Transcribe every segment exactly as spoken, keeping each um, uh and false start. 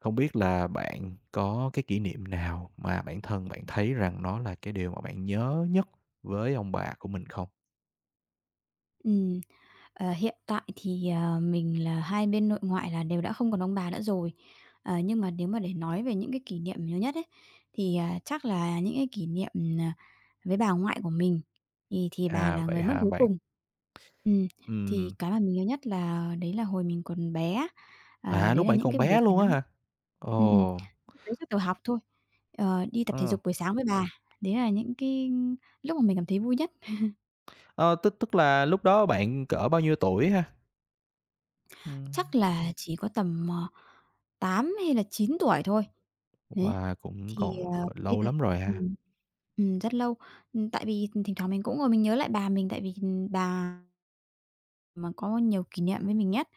Không biết là bạn có cái kỷ niệm nào mà bản thân bạn thấy rằng nó là cái điều mà bạn nhớ nhất với ông bà của mình không? Ừm, ờ, hiện tại thì, ờ, mình là hai bên nội ngoại là đều đã không còn ông bà nữa rồi. Ờ, nhưng mà nếu mà để nói về những cái kỷ niệm nhớ nhất ấy, thì, à, chắc là những cái kỷ niệm, ờ, với bà ngoại của mình, thì thì bà À, là vậy người mất hả cuối bạn? cùng. Ừm, thì Ừm, cái mà mình nhớ nhất là đấy là hồi mình còn bé á, à, à, đấy lúc là bạn những còn cái buổi bé luôn á sáng hả? ừm, ừm, Ồ, mới xuất đầu học thôi, ờ, đi tập thể ờ, dục buổi sáng với bà. Đấy là những cái lúc mà mình cảm thấy vui nhất. ờ, tức tức là lúc đó bạn cỡ bao nhiêu tuổi ha? Chắc Ừm. là chỉ có tầm, ờ, tám hay là chín tuổi thôi. Đấy, Wow, cũng thì, còn ờ, hồi đi lâu tập lắm rồi ha. ừm, ừm, rất lâu. Ừm, tại vì thỉnh thoảng mình cũng ngồi mình nhớ lại bà mình, tại vì, bà mà có nhiều kỷ niệm với mình nhất.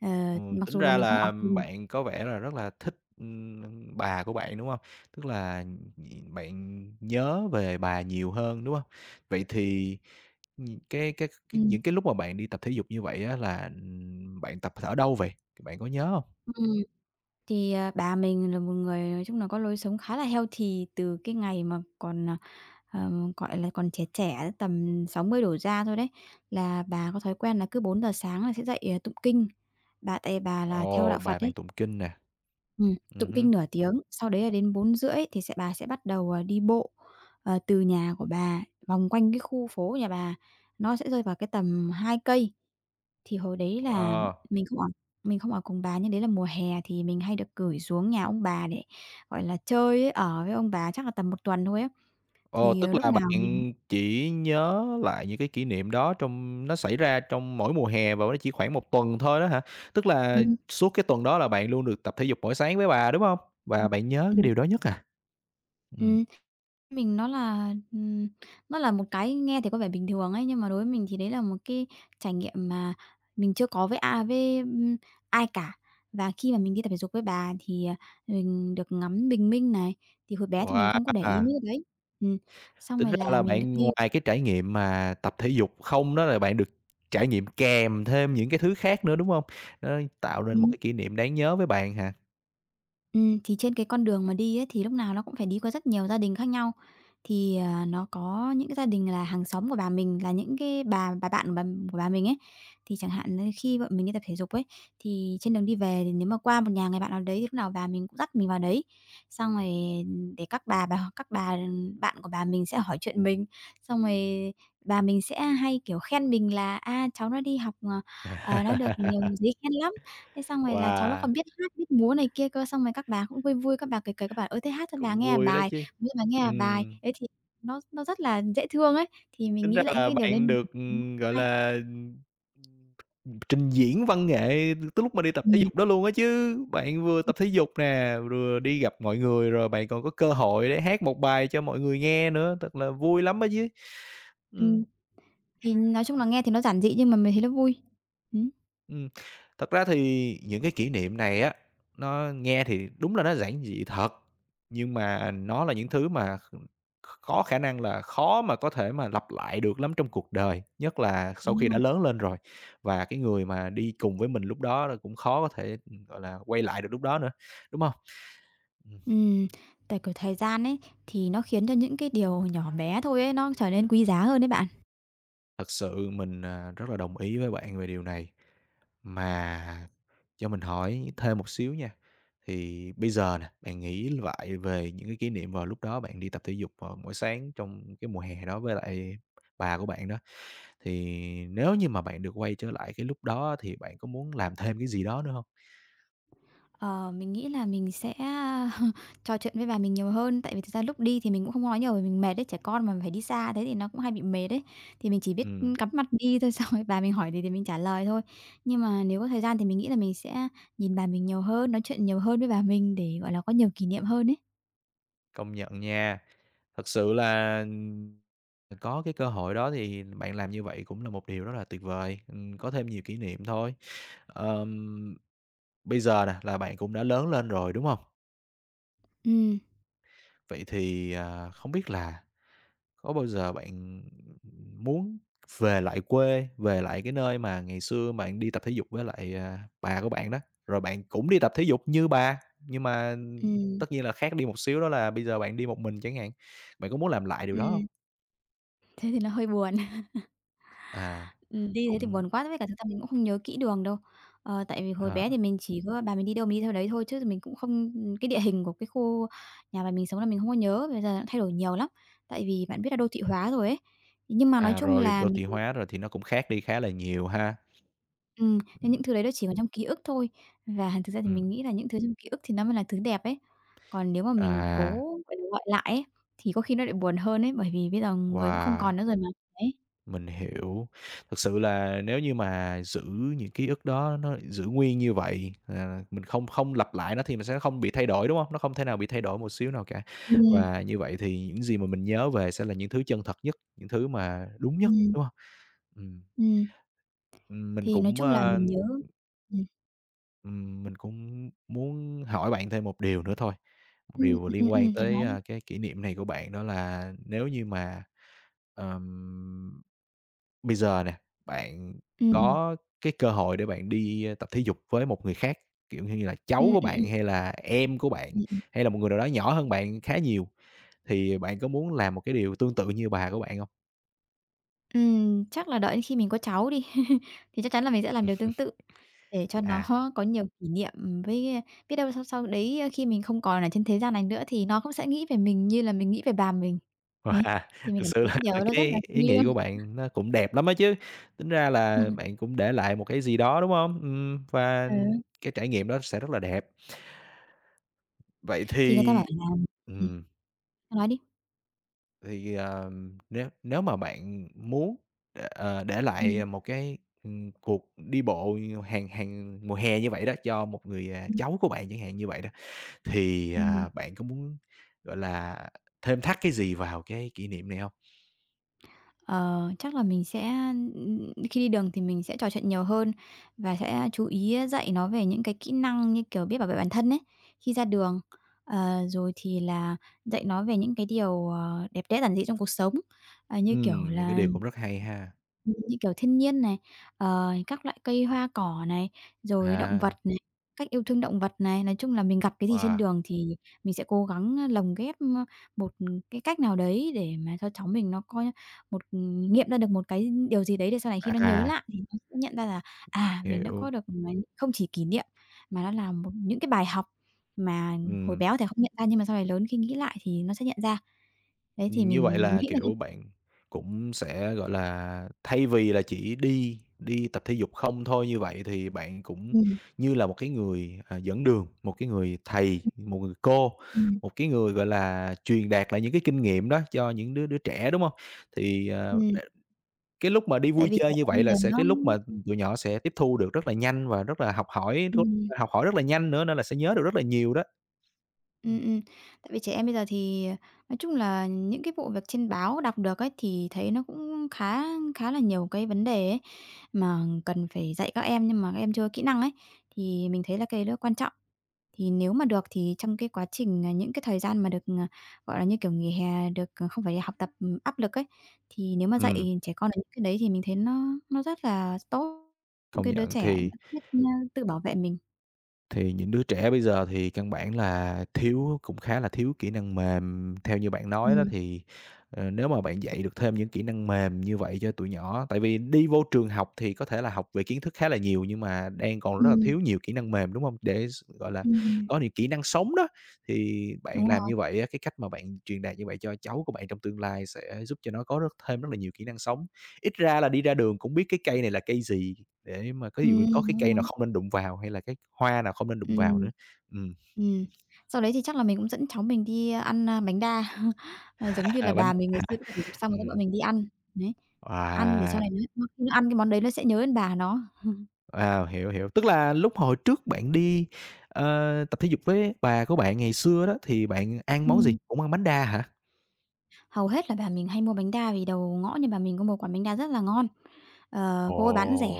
Ờ, Ừm, mặc tính dù là ra mình không ở là cùng. bạn có vẻ là rất là thích, ừm, bà của bạn, đúng không? Tức là, ừm, bạn nhớ về bà nhiều hơn, đúng không? Vậy thì Ừm, cái cái cái ừm, những cái lúc mà bạn đi tập thể dục như vậy á là, ừm, bạn tập ở đâu vậy? Bạn có nhớ hông? ừm, thì, ờ, bà mình là một người nói chung là có lối sống khá là healthy từ cái ngày mà còn, ờ, ờ, gọi là, còn trẻ trẻ, tầm sáu mươi đổ ra thôi đấy, là bà có thói quen là cứ bốn giờ sáng là sẽ dậy, ờ, tụng kinh. Bà tại bà là theo đạo Ồ, Phật bài ấy, Bàn Tụng Kinh nè. ừm, Ừm tụng hứm. kinh nửa tiếng, sau đấy là đến bốn rưỡi thì sẽ bà sẽ bắt đầu, ờ, đi bộ, ờ, từ nhà của bà vòng quanh cái khu phố nhà bà, nó sẽ rơi vào cái tầm hai cây. Thì hồi đấy là Ờ, mình không ở mình không ở cùng bà, nhưng đấy là mùa hè thì mình hay được gửi xuống nhà ông bà để, gọi là, chơi ấy, ở với ông bà chắc là tầm một tuần thôi á. ồ, Thì, tức ờ, lúc là nào mình bạn chỉ nhớ lại những cái kỷ niệm đó trong nó xảy ra trong mỗi mùa hè và nó chỉ khoảng một tuần thôi đó hả? Tức là ừm, suốt cái tuần đó là bạn luôn được tập thể dục mỗi sáng với bà, đúng hông? ừm, Và bạn nhớ cái ừm. điều đó nhất à? Ừm, ừm. Mình nó là, ừm, nó là một cái nghe thì có vẻ bình thường ấy, nhưng mà đối với mình thì đấy là một cái trải nghiệm mà mình chưa có với a với, ưm, ai cả. Và khi mà mình đi tập thể dục với bà thì, à, mình được ngắm bình minh này, thì hồi bé thì mình không có để ý wow! mấy cái đấy. Ừm, Xong Tính rồi ra là là mình được bạn đi. ngoài cái trải nghiệm mà tập thể dục không đó là bạn được trải nghiệm kèm thêm những cái thứ khác nữa, đúng hông? Nó tạo nên một ừm. cái kỷ niệm đáng nhớ với bạn hả? Ừm, thì trên cái con đường mà đi ấy, thì lúc nào nó cũng phải đi qua rất nhiều gia đình khác nhau. Thì, à, nó có những cái gia đình là hàng xóm của bà mình, là những cái bà bà bạn của bà của bà mình ấy. Thì chẳng hạn như khi bọn mình đi tập thể dục ấy, thì trên đường đi về thì nếu mà qua một nhà người bạn nào đấy thì lúc nào bà mình cũng dắt mình vào đấy. Xong rồi để các bà bà các bà bạn của bà mình sẽ hỏi chuyện mình, xong rồi bà mình sẽ hay, kiểu, khen mình là "A, cháu nó đi học, ờ, ờ, nó được nhiều giấy khen lắm." Thế xong rồi là cháu nó còn Wow, biết hát, biết múa này kia cơ, xong rồi các bà cũng vui vui, các bà cười cười, các bà: "Ơ, thế hát cho bà cũng nghe à vui đó bài, chứ. múa cho bà nghe à bài." Ừm, Đấy, thì nó nó rất là dễ thương ấy, thì mình tính nghĩ ra lại những là cái điều đấy bạn mình được, ừm, gọi hay. là, ừm, trình diễn văn nghệ tới lúc mà đi tập thể Ừm, dục đó luôn á chứ. Bạn vừa ừm, tập thể dục nè, vừa đi gặp mọi người, rồi bạn còn có cơ hội để hát một bài cho mọi người nghe nữa, thật là vui lắm á chứ. Ừm. ừm, thì nói chung là nghe thì nó giản dị nhưng mà mình thấy nó vui. Ừm. Ừm, thật ra thì những cái kỷ niệm này á, nó nghe thì đúng là nó giản dị thật, nhưng mà nó là những thứ mà kh có khả năng là khó mà có thể mà lặp lại được lắm trong cuộc đời, nhất là sau Đúng khi rồi. đã lớn lên rồi. Và cái người mà đi cùng với mình lúc đó là cũng khó có thể, gọi là, quay lại được lúc đó nữa, đúng không? Ừm, Tại, kiểu, thời gian ấy, thì nó khiến cho những cái điều nhỏ bé thôi ấy, nó trở nên quý giá hơn đấy bạn. Thật sự mình, à, rất là đồng ý với bạn về điều này. Mà cho mình hỏi thêm một xíu nha, thì bây giờ nè, bạn nghĩ lại về những cái kỷ niệm vào lúc đó bạn đi tập thể dục vào mỗi sáng trong cái mùa hè đó với lại bà của bạn đó, thì nếu như mà bạn được quay trở lại cái lúc đó thì bạn có muốn làm thêm cái gì đó nữa không? Ờ, mình nghĩ là mình sẽ trò chuyện với bà mình nhiều hơn, tại vì thực ra lúc đi thì mình cũng không nói nhiều vì mình mệt đấy, trẻ con mà phải đi xa thế thì nó cũng hay bị mệt đấy. Thì mình chỉ biết, Ừm, cắm mặt đi thôi, xong rồi bà mình hỏi gì thì mình trả lời thôi. Nhưng mà nếu có thời gian thì mình nghĩ là mình sẽ nhìn bà mình nhiều hơn, nói chuyện nhiều hơn với bà mình để, gọi là, có nhiều kỷ niệm hơn ấy. công nhận nha. Thật sự là, ừm, có cái cơ hội đó thì bạn làm như vậy cũng là một điều rất là tuyệt vời, ừm, có thêm nhiều kỷ niệm thôi. Ờm, bây giờ nè là bạn cũng đã lớn lên rồi, đúng không? Ừ, Vậy thì, à, không biết là có bao giờ bạn muốn về lại quê, về lại cái nơi mà ngày xưa bạn đi tập thể dục với lại, à, bà của bạn đó, rồi bạn cũng đi tập thể dục như bà, nhưng mà ừ, tất nhiên là khác đi một xíu đó là bây giờ bạn đi một mình chẳng hạn. Bạn có muốn làm lại điều đó không? ừ. Thế thì nó hơi buồn. À, Ừm, đi thế thì cũng buồn quá, với cả thực ra mình cũng không nhớ kỹ đường đâu. Ờ, tại vì hồi à, bé thì mình chỉ có bà mình đi đâu mình đi theo đấy thôi chứ mình cũng không. Cái địa hình của cái khu nhà mà mình sống là mình không có nhớ, bây giờ nó thay đổi nhiều lắm, tại vì bạn biết là đô thị hóa rồi ấy. Nhưng mà nói à, chung rồi là đô mình thị hóa rồi thì nó cũng khác đi khá là nhiều ha. ừm, nên những Ừm, thứ đấy nó chỉ còn trong ký ức thôi, và thực ra thì ừm. mình nghĩ là những thứ trong ký ức thì nó mới là thứ đẹp ấy. Còn nếu mà mình À, cố, gọi là, gọi lại ấy, thì có khi nó lại buồn hơn ấy, bởi vì bây giờ người cũng không còn wow! nữa rồi mà. Đấy. Mình hiểu. Thực sự là nếu như mà giữ những ký ức đó nó giữ nguyên như vậy, à, mình không không lặp lại nó thì mình sẽ không bị thay đổi, đúng không? Nó không thể nào bị thay đổi một xíu nào cả. Ừm, Và như vậy thì những gì mà mình nhớ về sẽ là những thứ chân thật nhất, những thứ mà đúng nhất, ừm, đúng không? Ừm. ừm, Ừm, mình thì nói cũng, chung là a, mình nhớ. ừm. ừm, mình cũng muốn hỏi bạn thêm một điều nữa thôi, một Ừm, điều ừm, ừm, liên quan ừm, thoải tới, mái đi. a, cái kỷ niệm này của bạn đó là nếu như mà, ờm bây giờ nè, bạn Ừm, có cái cơ hội để bạn đi, ơ, tập thể dục với một người khác, kiểu như là, cháu ừm, của ừm, ừm, bạn hay là em của bạn, ừm, ừm. hay là một người nào đó nhỏ hơn bạn khá nhiều, thì bạn có muốn làm một cái điều tương tự như bà của bạn không? Ừm, chắc là đợi đến khi mình có cháu đi, thì chắc chắn là mình sẽ làm điều tương tự, để cho nó À, có nhiều kỷ niệm, ừm, với, a, biết đâu sau sau đấy khi mình không còn ở trên thế gian này nữa thì nó cũng sẽ nghĩ về mình như là mình nghĩ về bà mình. Đấy, wow, thì mình thực cảm sự thấy là cái điều đó nó rất là cái thiêng ý nghĩ liêng. của bạn nó cũng đẹp lắm á chứ, tính ra là bạn cũng để lại một cái gì đó, đúng không? Ừm, và Ừ, ừ, cái trải nghiệm đó sẽ rất là đẹp. Vậy thì người ta thì bảo là ừm, ừm. cứ nói đi. Thì, ờ, nếu nếu mà bạn muốn để, ờ, để Ừm, lại một cái, ừm, cuộc đi bộ hàng hàng mùa hè như vậy đó cho một người, à, ừm, cháu của bạn chẳng hạn như vậy đó, thì, ừm. à, bạn có muốn, gọi là, thêm thắt cái gì vào cái kỷ niệm này không? Ờ, chắc là mình sẽ, ừm, khi đi đường thì mình sẽ trò chuyện nhiều hơn và sẽ chú ý dạy nó về những cái kỹ năng như kiểu biết bảo vệ bản thân ấy, khi ra đường. Ờ, rồi thì là dạy nó về những cái điều, ờ, đẹp đẽ giản dị trong cuộc sống, ờ, như kiểu Ừm, những cái là điều cũng rất hay ha. như kiểu thiên nhiên này, ờ, các loại cây hoa cỏ này, rồi động vật À, này, cách yêu thương động vật này. Nói chung là mình gặp cái gì trên wow, đường thì mình sẽ cố gắng lồng ghép, một cái cách nào đấy để mà cho cháu mình nó coi một ừ, nghiệm ra được một cái điều gì đấy để sau này khi nó nhớ à, lại thì nó sẽ nhận ra là, à, mình đã có hiểu, được, ừm, không chỉ kỷ niệm mà nó là một những cái bài học mà hồi ừm. bé có thể không nhận ra nhưng mà sau này lớn khi nghĩ lại thì nó sẽ nhận ra. Đấy, thì Như vậy mình là, nghĩ là như kiểu, bạn cũng sẽ, gọi là, thay vì là chỉ đi đi tập thể dục không thôi như vậy thì bạn cũng ừm, như là một cái người, à, dẫn đường, một cái người thầy, ừm, một người cô, ừm, một cái người, gọi là, truyền đạt lại những cái kinh nghiệm đó cho những đứa đứa trẻ, đúng không? Thì, ờ, ừm, đ cái lúc mà đi tại vui vì trẻ chơi như em vậy bây là giờ sẽ nó cái lúc mà tụi nhỏ sẽ tiếp thu được rất là nhanh và rất là học hỏi ừm. học hỏi rất là nhanh nữa nên là sẽ nhớ được rất là nhiều đó. Ừm, Ừm. ừm. Tại vì trẻ em bây giờ thì, ờ, nói chung là những cái vụ việc trên báo đọc được ấy, thì thấy nó cũng khá khá là nhiều cái vấn đề ấy, mà cần phải dạy các em nhưng mà các em chưa kỹ năng ấy, thì mình thấy là cái đó quan trọng. Thì nếu mà được thì trong cái quá trình, à, những cái thời gian mà được, ờ, gọi là, như kiểu, nghỉ hè, được, ờ, không phải học tập, ừm, áp lực ấy, thì nếu mà Ừm, dạy trẻ con được những cái đấy thì mình thấy nó nó rất là tốt. Những công cái đứa nhận trẻ nó thì biết, ơ, tự bảo vệ mình. Thì những đứa trẻ bây giờ thì căn bản là thiếu cũng khá là thiếu kỹ năng mềm. Theo như bạn nói đó Ừm, thì, ờ, nếu mà bạn dạy được thêm những kỹ năng mềm như vậy cho tụi nhỏ tại vì đi vô trường học thì có thể là học về kiến thức khá là nhiều nhưng mà đang còn rất là ừm, thiếu nhiều kỹ năng mềm, đúng không? Để s gọi là, ừm. có những kỹ năng sống đó, thì Đúng bạn làm rồi. như vậy á, cái cách mà bạn truyền đạt như vậy cho cháu của bạn trong tương lai sẽ giúp cho nó có rất thêm rất là nhiều kỹ năng sống. Ít ra là đi ra đường cũng biết cái cây này là cây gì. Để mà có ví dụ Ừm, có cái đúng cây nào rồi. không nên đụng vào hay là cái hoa nào không nên đụng vào Ừm, nữa. Ừm, ừm. Sau đấy thì chắc là mình cũng dẫn cháu mình đi ăn, a, bánh đa, ờ, giống như là À, bánh bà đa mình ngày xưa hả? đi tập thể dục xong rồi dẫn bọn ừm, mình đi ăn, đấy. Ăn để sau à, này nó nó nó ăn cái món đấy nó sẽ nhớ đến bà nó. à, hiểu, hiểu. Tức là lúc hồi trước bạn đi, ờ, tập thể dục với bà của bạn ngày xưa đó thì bạn ăn món gì? Ừm, Cũng ăn bánh đa hả? Hầu hết là bà mình hay mua bánh đa vì đầu ngõ nhà bà mình có một quán bánh đa rất là ngon, ờ, Ồ! cô ấy bán rẻ.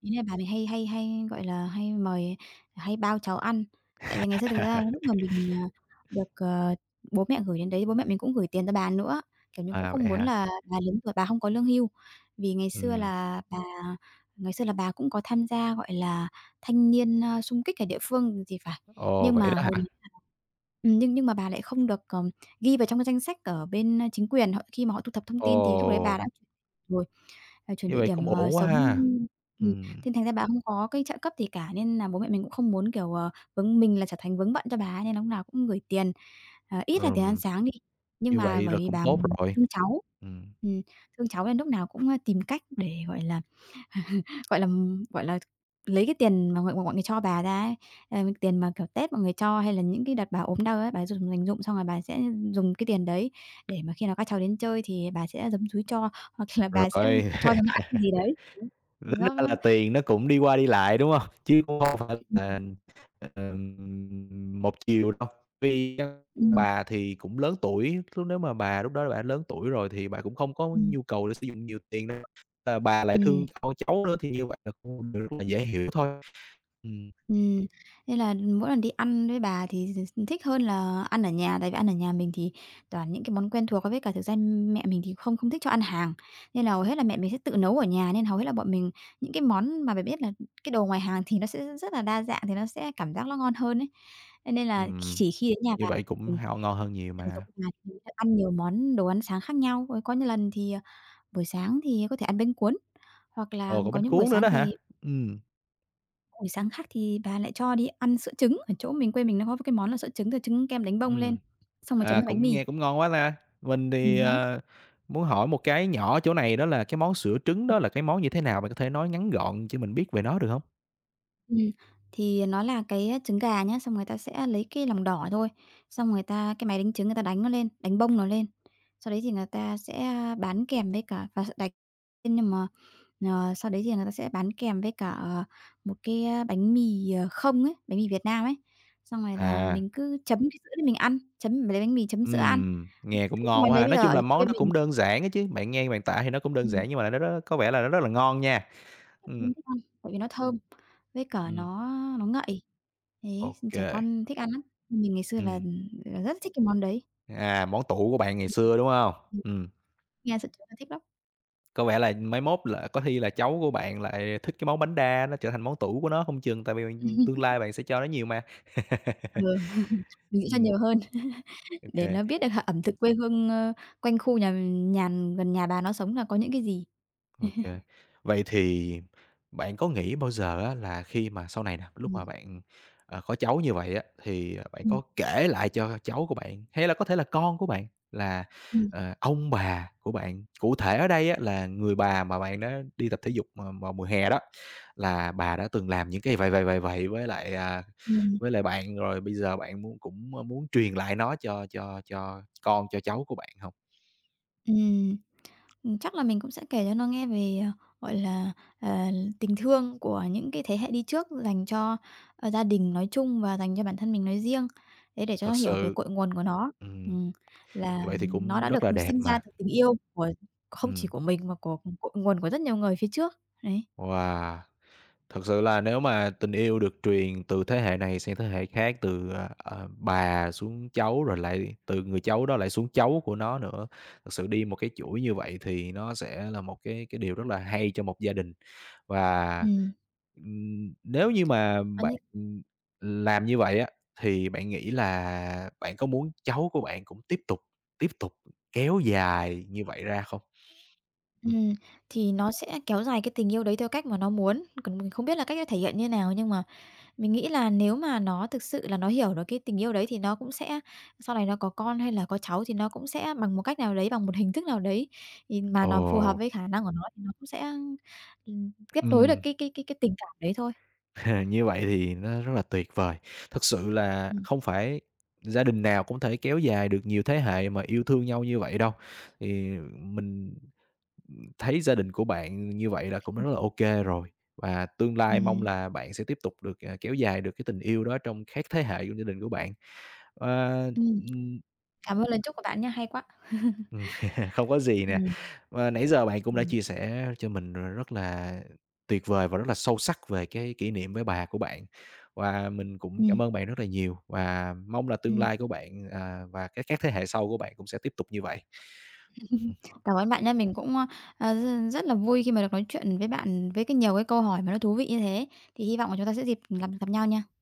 Ý là bà mình hay hay hay, gọi là, hay mời hay bao cháu ăn. Tại vì ngày xưa thực ra lúc mà mình, à, được, ờ, bố mẹ gửi đến đấy, bố mẹ mình cũng gửi tiền cho bà nữa, kiểu như, cũng À, không vậy muốn hả? là bà lớn tuổi bà không có lương hưu. Vì ngày xưa Ừm, là bà Ngày xưa là bà cũng có tham gia, gọi là, thanh niên, a, xung kích ở địa phương thì phải. ồ, Nhưng vậy mà đó hả? hồi đấy là ừm, nhưng nhưng mà bà lại không được, ờ, ghi vào trong cái danh sách ở bên, a, chính quyền, họ khi mà họ thu thập thông Ồ, tin thì lúc đấy bà đã rồi, à, chuyển như địa vậy cũng điểm, ờ, ổn quá sống ha. ừm Ừm, Thế thành ra bà không có cái trợ cấp gì cả, nên là bố mẹ mình cũng không muốn, kiểu, ờ, vướng mình là trở thành vướng bận cho bà ấy, nên lúc nào cũng gửi tiền, ờ, ít là tiền ăn ừm, sáng đi. Nhưng như mà vậy bởi là vì cũng bà tốt mình rồi. thương cháu, Ừm, ừm, thương cháu nên lúc nào cũng, a, tìm cách để, gọi là, gọi là, ừm, gọi là, lấy cái tiền mà mọi mọi mọi người cho bà ra ấy, ờ, tiền mà, kiểu, Tết mọi người cho hay là những cái đợt bà ốm đau ấy, bà dùng dành dụm xong rồi bà sẽ dùng cái tiền đấy để mà khi nào các cháu đến chơi thì bà sẽ giấm dúi cho, hoặc là bà sẽ rồi. cho chúng nó ăn cái gì đấy, thì Tính nó ra nó là tiền nó cũng đi qua đi lại, đúng hông? Chứ cũng hông phải ừm, là, ừm, một chiều đâu. Vì á ừm, bà thì cũng lớn tuổi, lúc nếu mà bà lúc đó bà lớn tuổi rồi thì bà cũng không có ừm. nhu cầu để sử dụng nhiều tiền đâu, và bà lại Ừm, thương con cháu nữa thì như vậy là cũng điều rất là dễ hiểu thôi. Ừm, ừm. Nên là mỗi lần đi ăn với bà thì thích hơn là ăn ở nhà, tại vì ăn ở nhà mình thì toàn những cái món quen thuộc, với cả thực ra mẹ mình thì không không thích cho ăn hàng, nên là hầu hết là mẹ mình sẽ tự nấu ở nhà, nên hầu hết là bọn mình những cái món mà bà biết là cái đồ ngoài hàng thì nó sẽ rất là đa dạng, thì nó sẽ cảm giác nó ngon hơn ấy. Thế nên là ừm, chỉ khi đến nhà như bà vậy cũng mình hao ngon hơn nhiều tận dụng mà. mà mình sẽ ăn nhiều món đồ ăn sáng khác nhau. Có có những lần thì, ờ, buổi sáng thì có thể ăn bánh cuốn, hoặc là Ồ, còn có bánh những buổi cuốn nữa sáng đó hả? thì Ừm, buổi sáng khác thì bà lại cho đi ăn sữa trứng, ở chỗ mình quê mình nó có cái món là sữa trứng, rồi trứng kem đánh bông lên, ừm. xong rồi chấm À, với bánh cũng mì. nghe cũng ngon quá ta. Mình thì, Ừm hứm. ờ, muốn hỏi một cái nhỏ chỗ này đó là cái món sữa trứng đó là cái món như thế nào? Bạn có thể nói ngắn gọn cho mình biết về nó được không? Ừm, thì nó là cái, a, trứng gà nhá, xong người ta sẽ lấy cái lòng đỏ thôi, xong người ta cái máy đánh trứng người ta đánh nó lên, đánh bông nó lên, sau đấy thì người ta sẽ, a, bán kèm với cả và s đánh nhưng mà, ờ, sau đấy thì người ta sẽ bán kèm với cả, ờ, một cái, a, bánh mì, ờ, không ấy, bánh mì Việt Nam ấy. Xong rồi là À, mình cứ chấm cái sữa đấy mình ăn, chấm lấy bánh mì chấm sữa ăn. ừm, nghe cũng Thì cái ngon món quá đấy ha. bây Nói giờ chung ở là quê món nó mình, cũng đơn giản á chứ, bạn nghe bạn tả thì nó cũng đơn ừm, giản nhưng mà nó rất có vẻ là nó rất là ngon nha. trẻ Ừm, con thích ăn, tại vì nó thơm, với cả ừm, nó nó ngậy, thế, ô trẻ con thích ăn lắm. Mình ngày xưa là, ừm. là rất thích cái món đấy. À, món tủ của bạn ngày Ừm. xưa, đúng không? Ừm, Ừm, nghe sợ chúng nó thích lắm. có vẻ là mấy mốt là có khi là cháu của bạn lại thích cái món bánh đa, nó trở thành món tủ của nó không chừng, tại vì, tương lai bạn sẽ cho nó nhiều mà. Ừ, mình sẽ cho Ừm. nhiều hơn, để ô kê. nó biết được h ẩm thực quê hương, ơ, quanh khu nhà nhà gần nhà bà nó sống là có những cái gì. ô kê. Vậy thì bạn có nghĩ bao giờ á là khi mà sau này nè, lúc mà Ừm, bạn, ờ, có cháu như vậy á, thì, ờ, bạn ừm, có kể lại cho cháu của bạn, hay là có thể là con của bạn là, ừm, ờ, ông bà của bạn, cụ thể ở đây á là người bà mà bạn đã đi tập thể dục mà vào mùa hè đó, là bà đã từng làm những cái vậy, vậy, vậy, vậy với lại, à, ừm, với lại bạn, rồi bây giờ bạn muốn cũng ờ, muốn truyền lại nó cho cho cho con, cho cháu của bạn không? ừm. Ừm, chắc là mình cũng sẽ kể cho nó nghe về, ờ, gọi là, ờ, tình thương của những cái thế hệ đi trước dành cho, ờ, gia đình nói chung và dành cho bản thân mình nói riêng, thế để cho nó Thật hiểu về sự cội nguồn của nó. ừm. Ừm, là Như vậy thì nó cũng đã rất được là đẹp sinh ra mà. từ tình yêu của không chỉ Ừm, của mình mà của cội nguồn của rất nhiều người phía trước, đấy. wow! Thật sự là nếu mà tình yêu được truyền từ thế hệ này sang thế hệ khác, từ, ờ, ờ, bà xuống cháu, rồi lại từ người cháu đó lại xuống cháu của nó nữa, thật sự đi một cái chuỗi như vậy thì nó sẽ là một cái cái điều rất là hay cho một gia đình. Và, Ừm, ừm, nếu như mà còn bạn, như làm như vậy á, thì bạn nghĩ là bạn có muốn cháu của bạn cũng tiếp tục tiếp tục kéo dài như vậy ra không? ừm, thì nó sẽ kéo dài cái tình yêu đấy theo cách mà nó muốn, còn mình không biết là cách ấy thể hiện như nào nhưng mà mình nghĩ là nếu mà nó thực sự là nó hiểu được cái tình yêu đấy thì nó cũng sẽ sau này nó có con hay là có cháu thì nó cũng sẽ bằng một cách nào đấy, bằng một hình thức nào đấy, thì mà Ồ, nó phù hợp với khả năng của nó thì nó cũng sẽ, ừm, tiếp nối được ừm, cái cái cái cái tình cảm đấy thôi. như vậy thì nó rất là tuyệt vời. Thật sự là Ừm, không phải gia đình nào cũng thể kéo dài được nhiều thế hệ mà yêu thương nhau như vậy đâu. Thì mình thấy gia đình của bạn như vậy là cũng rất là ô kê rồi, và tương lai mong ừm, là bạn sẽ tiếp tục được, à, kéo dài được cái tình yêu đó trong các thế hệ trong gia đình của bạn. Ờ, ừm, cảm ơn lời chúc của bạn nha, hay quá. ừm, không có gì nè. Ừm, Và nãy giờ bạn cũng đã ừm, chia sẻ cho mình rất là tuyệt vời và rất là sâu sắc về cái kỷ niệm với bà của bạn. Và mình cũng ừm, cảm ơn bạn rất là nhiều và mong là tương ừm. lai của bạn, à, và các các thế hệ sau của bạn cũng sẽ tiếp tục như vậy. Cảm ơn bạn nha, mình cũng, ơ, ờ, r rất là vui khi mà được nói chuyện với bạn với cái nhiều cái câu hỏi mà nó thú vị như thế, thì hy vọng là chúng ta sẽ dịp gặp gặp nhau nha.